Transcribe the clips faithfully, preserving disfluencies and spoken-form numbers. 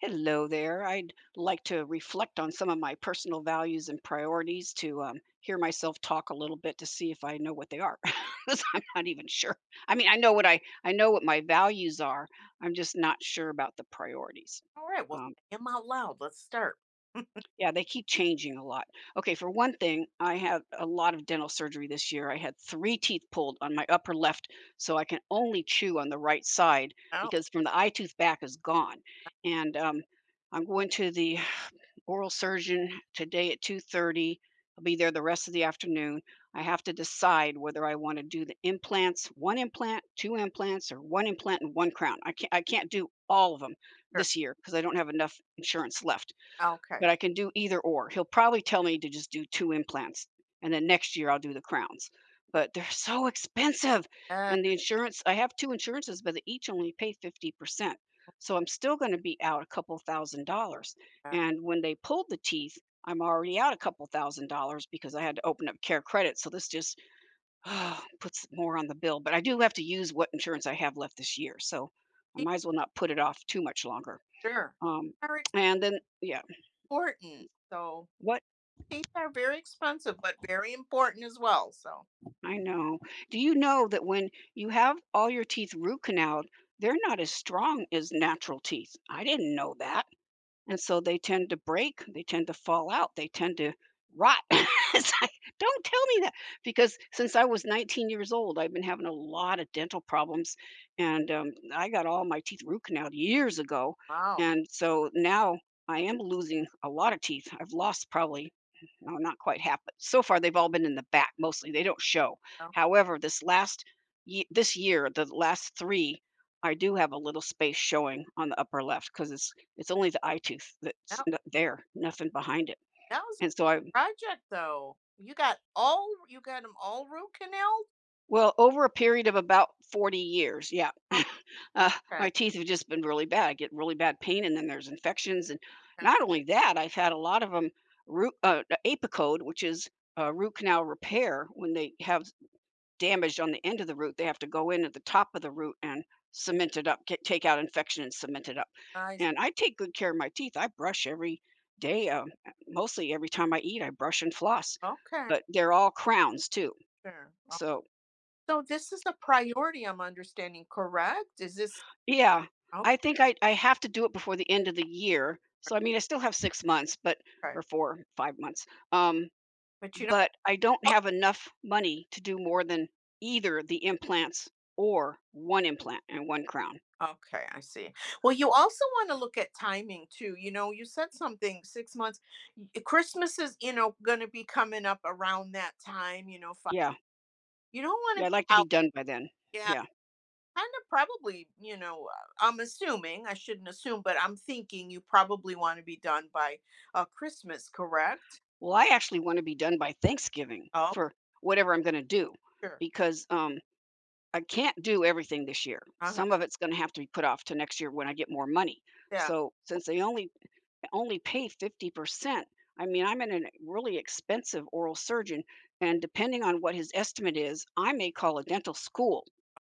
Hello there. I'd like to reflect on some of my personal values and priorities to um, hear myself talk a little bit to see if I know what they are. 'Cause I'm not even sure. I mean, I know what I I know what my values are. I'm just not sure about the priorities. All right. Well, Um, say 'em out loud. Let's start. yeah, they keep changing a lot. Okay, for one thing, I had a lot of dental surgery this year. I had three teeth pulled on my upper left, so I can only chew on the right side Oh, because from the eye tooth back is gone, and um, I'm going to the oral surgeon today at two thirty. I'll be there the rest of the afternoon. I have to decide whether I want to do the implants, one implant, two implants, or one implant and one crown. I can't I can't do all of them sure. this year because I don't have enough insurance left, but Okay. I can do either or. He'll probably tell me to just do two implants, and then next year I'll do the crowns, but they're so expensive, Uh, and the insurance, I have two insurances, but they each only pay fifty percent, so I'm still gonna be out a couple thousand dollars, uh, and when they pulled the teeth, I'm already out a couple thousand dollars because I had to open up Care Credit, so this just puts more on the bill, but I do have to use what insurance I have left this year, so I teeth, might as well not put it off too much longer, sure. um, Are and then yeah. important. So What teeth are very expensive, but very important as well. So I know. Do you know that when you have all your teeth root canaled, they're not as strong as natural teeth? I didn't know that, and that- so they tend to break, they tend to fall out, they tend to rot. It's like, don't tell me that because since I was nineteen years old, I've been having a lot of dental problems, and um, I got all my teeth root canaled years ago, wow, and so now I am losing a lot of teeth. I've lost probably. No, not quite half, but so far they've all been in the back mostly. They don't show. well, However, this last ye this year, the last three, I do have a little space showing on the upper left because it's it's only the eye tooth that's that, n there, nothing behind it, that was and so I a project though. You got all you got them all root canal. well, over a period of about forty years, yeah. Uh, Okay, my teeth have just been really bad. I get really bad pain, and then there's infections, and that's not only that, I've had a lot of them root uh, apicode, which is, uh, root canal repair. When they have damaged on the end of the root, they have to go in at the top of the root and cement it up, get, take out infection and cement it up. nice. And I take good care of my teeth. I brush every day, um, mostly every time I eat, I brush and floss, Okay, but they're all crowns too. sure. Oh, So, so this is a priority. I'm understanding correct. Is this yeah, okay? I think I, I have to do it before the end of the year. So, I mean, I still have six months, but, or four, five months. Um, But you know. but I don't have enough money to do more than either the implants or one implant and one crown. Okay, I see. Well, you also want to look at timing too. You know, you said something six months. y- eh, Christmas is, you know, going to be coming up around that time. You know, fi- Yeah. you don't want to Yeah, I'd be like to be out. done by then. Yeah, Yeah. kind of probably. You know, uh, I'm assuming. I shouldn't assume, but I'm thinking you probably want to be done by uh, Christmas, correct? Well, I actually wanna be done by Thanksgiving Oh, for whatever I'm gonna do sure. because, um, I can't do everything this year. Uh huh. Some of it's gonna have to be put off to next year when I get more money. Yeah. So, since they only only pay fifty percent, I mean, I'm in a really expensive oral surgeon, and depending on what his estimate is, I may call a dental school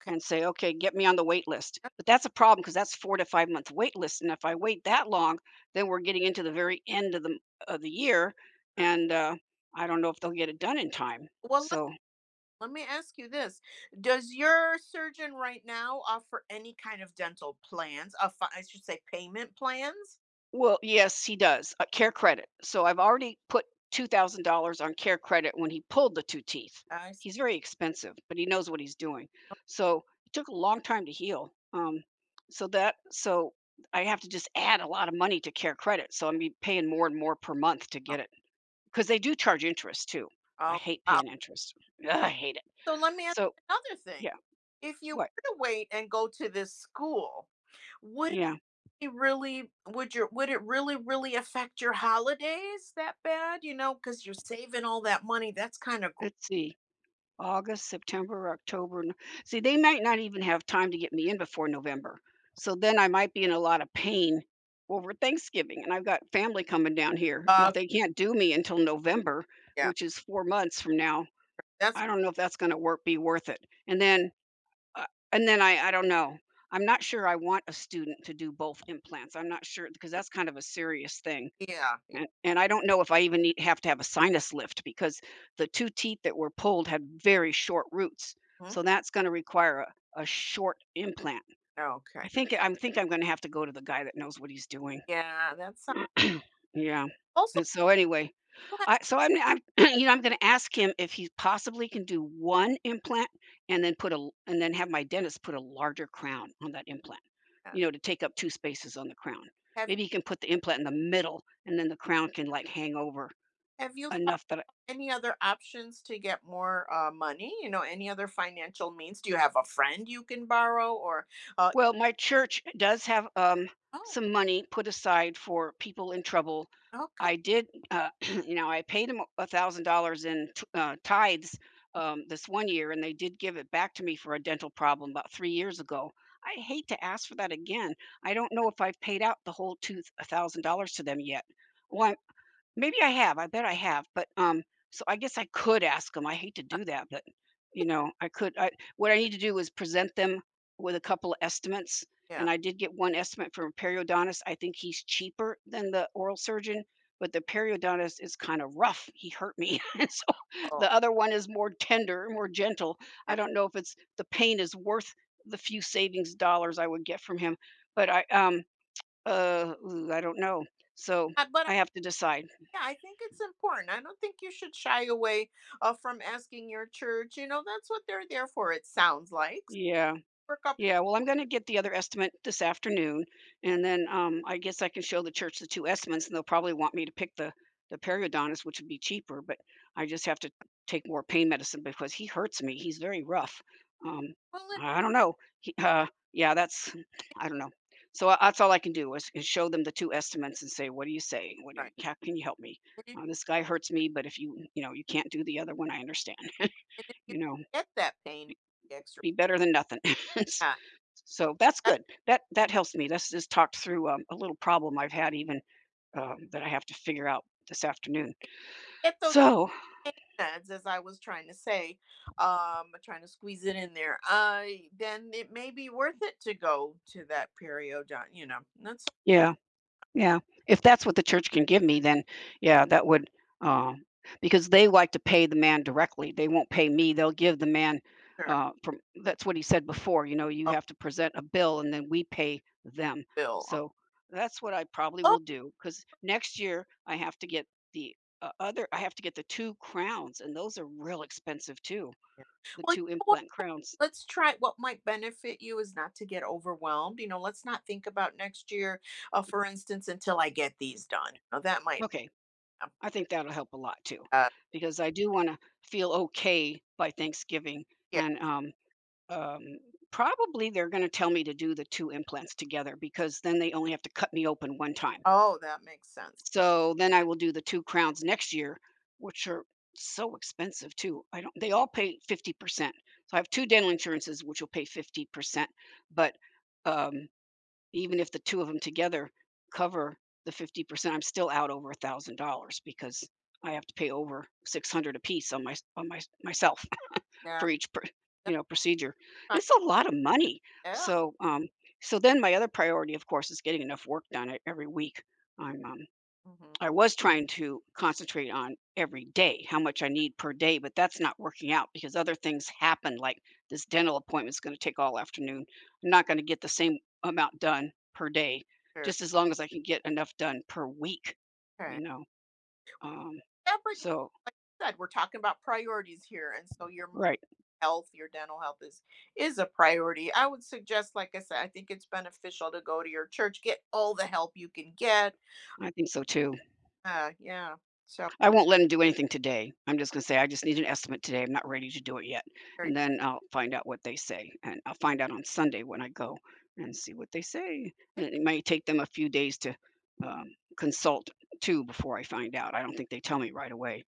Okay. and say, okay, get me on the wait list. But that's a problem because that's four to five month wait list. And if I wait that long, then we're getting into the very end of the of the year, Sure. and uh, I don't know if they'll get it done in time. Well. So, Let me ask you this. Does your surgeon right now offer any kind of dental plans? Uh, fi- I should say payment plans? well, yes, he does uh, care credit. So I've already put two thousand dollars on care credit when he pulled the two teeth. I see. He's very expensive, but he knows what he's doing. So it took a long time to heal. Um, so that so I have to just add a lot of money to care credit. So I'm be paying more and more per month to get it. 'Cause they do charge interest too. I Oh, hate wow. paying interest. Ugh, I hate it. So let me ask So you another thing. yeah, If you what? were to wait and go to this school, would it Yeah, be really would your would it really really affect your holidays that bad? You know, because you're saving all that money. That's kind of let's see, August, September, October, no. See, they might not even have time to get me in before November. So then I might be in a lot of pain over Thanksgiving, and I've got family coming down here. If uh, they can't do me until November, yeah. which is four months from now, That's I don't know if that's gonna work be worth it. And then Uh, and then I I don't know. I'm not sure I want a student to do both implants. I'm not sure because that's kind of a serious thing. yeah. Yeah. And, and I don't know if I even need, have to have a sinus lift because the two teeth that were pulled had very short roots. Mhm. So that's going to require a, a short implant. I Okay. think I think I'm going to have to go to the guy that knows what he's doing. Yeah, that's Yeah. also And so anyway, I so I'm I'm you know, I'm gonna ask him if he possibly can do one implant and then put a l and then have my dentist put a larger crown on that implant, you know, to take up two spaces on the crown. have Maybe he can put the implant in the middle, and then the crown can, like, hang over have you enough that. any other options to get more, uh, money? You know, any other financial means? Do you have a friend you can borrow or, uh, Well, my church does have, um, oh, some money put aside for people in trouble. okay, I did, uh, you know, I paid them one thousand dollars in t uh, tithes, um, this one year, and they did give it back to me for a dental problem about three years ago. I hate to ask for that again. I don't know if I've paid out the whole two one thousand dollars to them yet. Well, maybe I have, I bet I have, but, um, so I guess I could ask ask 'em. I hate to do that, but, you know, I could I what I need to do is present them with a couple of estimates, yeah. and I did get one estimate from a periodontist. I think he's cheaper than the oral surgeon, but the periodontist is kinda rough, he hurt me, and so Oh, the other one is more tender, more gentle. I yeah. don't know if it's the pain is worth the few savings dollars I would get from him, but I, um, uh, ooh, I don't know, so Uh, but, I- I have to decide. yeah, I think it's important. I don't think you should shy away, uh, from asking your church, you know, that's what they're there for, it sounds like. So Yeah. work up Yeah, well, I'm gonna get the other estimate this afternoon, and then, um, I guess I can show the church the two estimates, and they'll probably want me to pick the the periodontist, which would be cheaper, but I just have to take more pain medicine because he hurts me, he's very rough. Um, well, it I don't know. He uh, yeah, that's I don't know. So, uh, that's all I can do is is show them the two estimates and say, "What do you say? What do you right, How can you help me? and if Uh, this guy hurts me, but if you you know, you can't do the other one, I understand." and if you You know? get that pain the extra, Be better than nothing. yeah, So that's uh, good. That that helps me. This just talked through um, a little problem I've had, even um, that I have to figure out this afternoon. get those So sense, as I was trying to say, um, trying to squeeze it in there, uh, then it may be worth it to go to that periodont. You know, that's so yeah, yeah, if that's what the church can give me, then yeah, that would, um, because they like to pay the man directly. They won't pay me. They'll give the man, sure. uh, from that's what he said before, you know, you Oh, have to present a bill and then we pay them. Bill. So that's what I probably will Oh, do because next year I have to get the uh, other, I have to get the two crowns, and those are real expensive too, yeah. the Well, you two know what? implant crowns. Let's try what might benefit you is not to get overwhelmed. You know, let's not think about next year, uh, for instance, until I get these done. Now, that might, Okay. help. I think that'll help a lot too, Uh, because I do want to feel okay by Thanksgiving. yeah. And um, um, probably they're going to tell me to do the two implants together because then they only have to cut me open one time. Oh, that makes sense. So then I will do the two crowns next year, which are so expensive too. I don't. They all pay fifty percent. So I have two dental insurances, which will pay fifty percent. But um, even if the two of them together cover the fifty percent, I'm still out over a thousand dollars because I have to pay over six hundred apiece on my on my myself Yeah. for each pr you that's know, procedure. not- It's a lot of money. Yeah. So, um so then my other priority, of course, is getting enough work done e every week. I'm, um Mhm. I was trying to concentrate on every day, how much I need per day, but that's not working out because other things happen. Like this dental appointment's going to take all afternoon. I'm not going to get the same amount done per day, Sure. just as long as I can get enough done per week, Okay. you know. Um, Yeah, but you- so, like I said, we're talking about priorities here. And so your right, health, your dental health is is a priority. I would suggest, like I said, I think it's beneficial to go to your church, get all the help you can get. I think so too. Uh, yeah. So, I won't let him do anything today. I'm just gonna say, "I just need an estimate today. I'm not ready to do it yet." there you- And then I'll find out what they say, and I'll find out on Sunday when I go and see what they say. And it might take them a few days to, um, consult too before I find out. I don't think they tell me right away.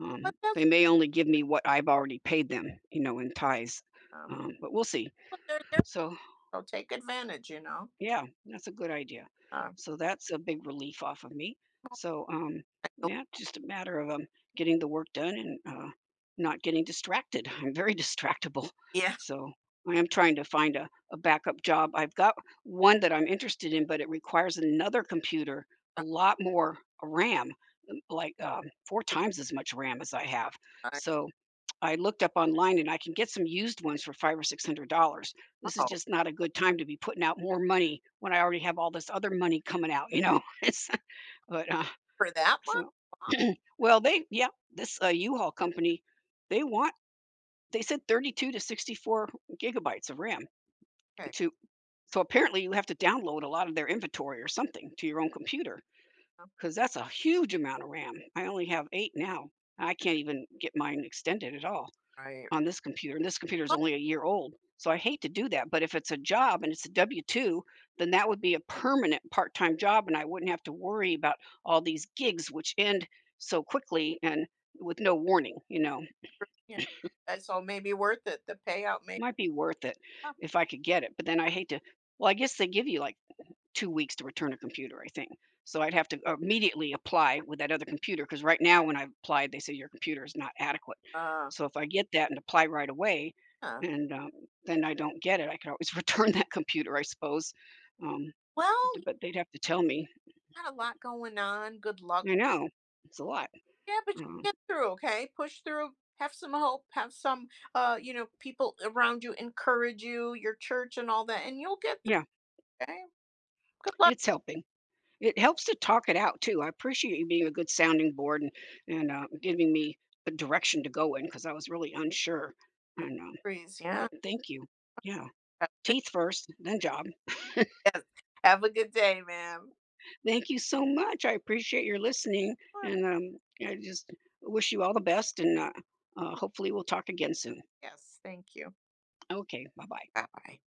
Um, but that's They may only give me what I've already paid them, you know, in ties, um, um, but we'll see. well, they're there, So, so take advantage. You know. yeah, that's a good idea. Uh, So that's a big relief off of me. So um so- yeah, just a matter of um getting the work done and uh not getting distracted. I'm very distractible. yeah. So I am trying to find a, a backup job. I've got one that I'm interested in, but it requires another computer, a lot more RAM, like um, four times as much RAM as I have. I So I looked up online and I can get some used ones for five or six hundred dollars. This is know. just not a good time to be putting out more money when I already have all this other money coming out, you know. It's, but uh, For that much. So, Wow, well, they yeah, this uh, U-Haul company, they want they said thirty-two to sixty-four gigabytes of RAM okay. to so apparently you have to download a lot of their inventory or something to your own computer Uh, because that's a huge amount of RAM. I only have eight now. I can't even get mine extended at all. right. on this computer, and this computer is only a year old. So I hate to do that, but if it's a job and it's a W two, then that would be a permanent part-time job, and I wouldn't have to worry about all these gigs which end so quickly and with no warning, you know? Yeah. And so maybe worth it. The payout may. Be Might be worth it up. if I could get it, but then I hate to well, I guess they give you, like, two weeks to return a computer, I think. So I'd have to immediately apply with that other computer because right now when I applied, they say your computer is not adequate. Uh. So if I get that and apply right away Huh. and, um, then I don't get it, I could always return that computer, I suppose. Um, Well, d you But they'd have to tell me. got a lot going on. Good luck. I know, it's a lot. Yeah, but you Um, get through, okay? Push through. Have some hope. Have some, uh, you know, people around you encourage you, your church and all that, and you'll get yeah, through. Okay. Good luck, it's helping. It helps to talk it out too. I appreciate you being a good sounding board and and, uh, giving me a direction to go in because I was really unsure. And, um, Breeze. Yeah. but thank you. Yeah. Teeth first, then job. Yes. Have a good day, ma'am. Thank you so much. I appreciate your listening, All right. and um, I just wish you all the best, and uh, uh, hopefully we'll talk again soon. Yes. Thank you. Okay, bye bye. Bye bye.